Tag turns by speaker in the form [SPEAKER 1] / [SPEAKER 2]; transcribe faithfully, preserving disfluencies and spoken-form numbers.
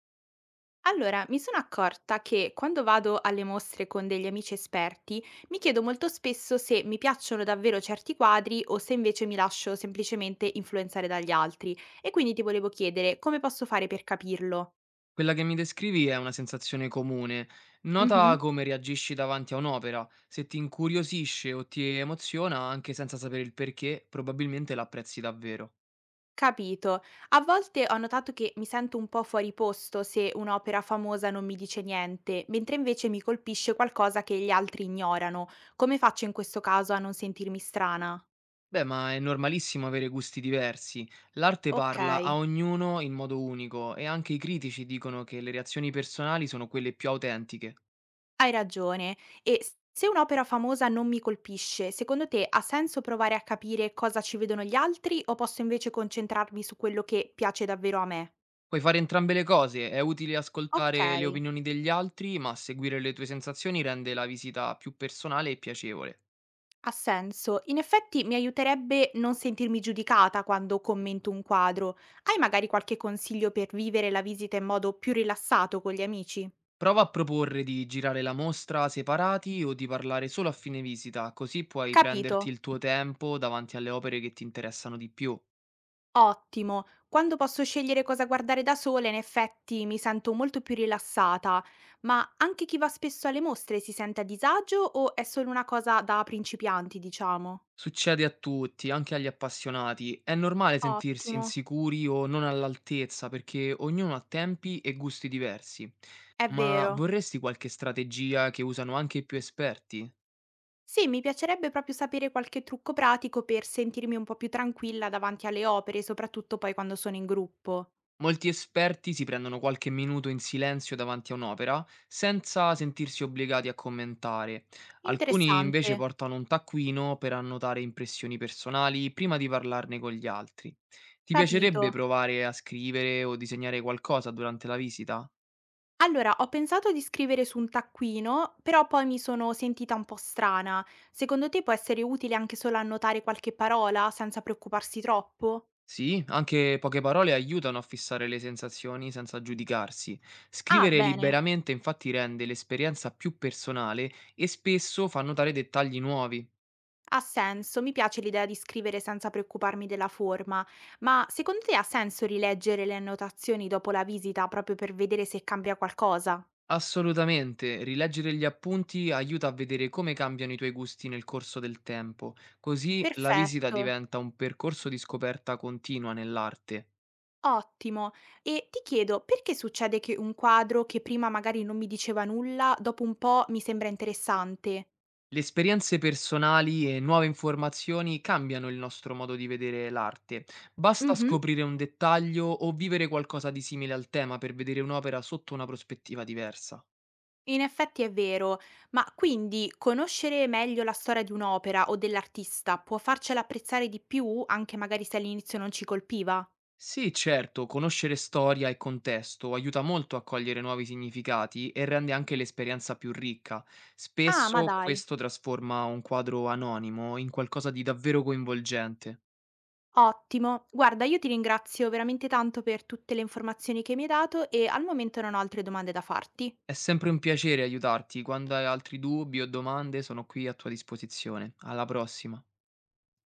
[SPEAKER 1] Allora, mi sono accorta che quando vado alle mostre con degli amici esperti, mi chiedo molto spesso se mi piacciono davvero certi quadri o se invece mi lascio semplicemente influenzare dagli altri. E quindi ti volevo chiedere come posso fare per capirlo.
[SPEAKER 2] Quella che mi descrivi è una sensazione comune. Nota
[SPEAKER 1] Mhm,
[SPEAKER 2] come reagisci davanti a un'opera. Se ti incuriosisce o ti emoziona, anche senza sapere il perché, probabilmente l'apprezzi davvero.
[SPEAKER 1] capito. A volte ho notato che mi sento un po' fuori posto se un'opera famosa non mi dice niente, mentre invece mi colpisce qualcosa che gli altri ignorano. Come faccio in questo caso a non sentirmi strana?
[SPEAKER 2] Beh, ma è normalissimo avere gusti diversi. L'arte
[SPEAKER 1] Ok.
[SPEAKER 2] parla a ognuno in modo unico e anche i critici dicono che le reazioni personali sono quelle più autentiche.
[SPEAKER 1] Hai ragione. E s se un'opera famosa non mi colpisce, secondo te ha senso provare a capire cosa ci vedono gli altri o posso invece concentrarmi su quello che piace davvero a me?
[SPEAKER 2] Puoi fare entrambe le cose, è utile
[SPEAKER 1] Ok,
[SPEAKER 2] ascoltare le opinioni degli altri, ma seguire le tue sensazioni rende la visita più personale e piacevole.
[SPEAKER 1] ha senso. In effetti mi aiuterebbe non sentirmi giudicata quando commento un quadro. Hai magari qualche consiglio per vivere la visita in modo più rilassato con gli amici?
[SPEAKER 2] Prova a proporre di girare la mostra separati o di parlare solo a fine visita, così puoi prenderti
[SPEAKER 1] Capito.
[SPEAKER 2] il tuo tempo davanti alle opere che ti interessano di più.
[SPEAKER 1] Ottimo. Quando posso scegliere cosa guardare da sola, in effetti mi sento molto più rilassata, ma anche chi va spesso alle mostre si sente a disagio o è solo una cosa da principianti, diciamo?
[SPEAKER 2] Succede a tutti, anche agli appassionati. È normale sentirsi
[SPEAKER 1] Ottimo,
[SPEAKER 2] insicuri o non all'altezza perché ognuno ha tempi e gusti diversi.
[SPEAKER 1] è
[SPEAKER 2] Ma
[SPEAKER 1] vero.
[SPEAKER 2] vorresti qualche strategia che usano anche i più esperti?
[SPEAKER 1] Sì, mi piacerebbe proprio sapere qualche trucco pratico per sentirmi un po' più tranquilla davanti alle opere, soprattutto poi quando sono in gruppo.
[SPEAKER 2] Molti esperti si prendono qualche minuto in silenzio davanti a un'opera senza sentirsi obbligati a commentare. Alcuni
[SPEAKER 1] Interessante.
[SPEAKER 2] invece portano un taccuino per annotare impressioni personali prima di parlarne con gli altri. Ti
[SPEAKER 1] Capito.
[SPEAKER 2] piacerebbe provare a scrivere o disegnare qualcosa durante la visita?
[SPEAKER 1] Allora, ho pensato di scrivere su un taccuino, però poi mi sono sentita un po' strana. Secondo te può essere utile anche solo annotare qualche parola senza preoccuparsi troppo?
[SPEAKER 2] Sì, anche poche parole aiutano a fissare le sensazioni senza giudicarsi.
[SPEAKER 1] Ah,
[SPEAKER 2] Scrivere
[SPEAKER 1] bene,
[SPEAKER 2] liberamente infatti rende l'esperienza più personale e spesso fa notare dettagli nuovi.
[SPEAKER 1] ha senso, mi piace l'idea di scrivere senza preoccuparmi della forma, ma secondo te ha senso rileggere le annotazioni dopo la visita proprio per vedere se cambia qualcosa?
[SPEAKER 2] Assolutamente, rileggere gli appunti aiuta a vedere come cambiano i tuoi gusti nel corso del tempo, così la visita
[SPEAKER 1] Perfetto.
[SPEAKER 2] diventa un percorso di scoperta continua nell'arte.
[SPEAKER 1] Ottimo. E ti chiedo, perché succede che un quadro che prima magari non mi diceva nulla, dopo un po' mi sembra interessante?
[SPEAKER 2] Le esperienze personali e nuove informazioni cambiano il nostro modo di vedere l'arte. Basta
[SPEAKER 1] Mh-mh.
[SPEAKER 2] scoprire un dettaglio o vivere qualcosa di simile al tema per vedere un'opera sotto una prospettiva diversa.
[SPEAKER 1] In effetti è vero, ma quindi conoscere meglio la storia di un'opera o dell'artista può farcela apprezzare di più, anche magari se all'inizio non ci colpiva?
[SPEAKER 2] Sì, certo, conoscere storia e contesto aiuta molto a cogliere nuovi significati e rende anche l'esperienza più ricca.
[SPEAKER 1] Ah, ma
[SPEAKER 2] Spesso
[SPEAKER 1] dai,
[SPEAKER 2] questo trasforma un quadro anonimo in qualcosa di davvero coinvolgente.
[SPEAKER 1] ottimo. Guarda, io ti ringrazio veramente tanto per tutte le informazioni che mi hai dato e al momento non ho altre domande da farti.
[SPEAKER 2] È sempre un piacere aiutarti. Quando hai altri dubbi o domande, sono qui a tua disposizione. Alla prossima.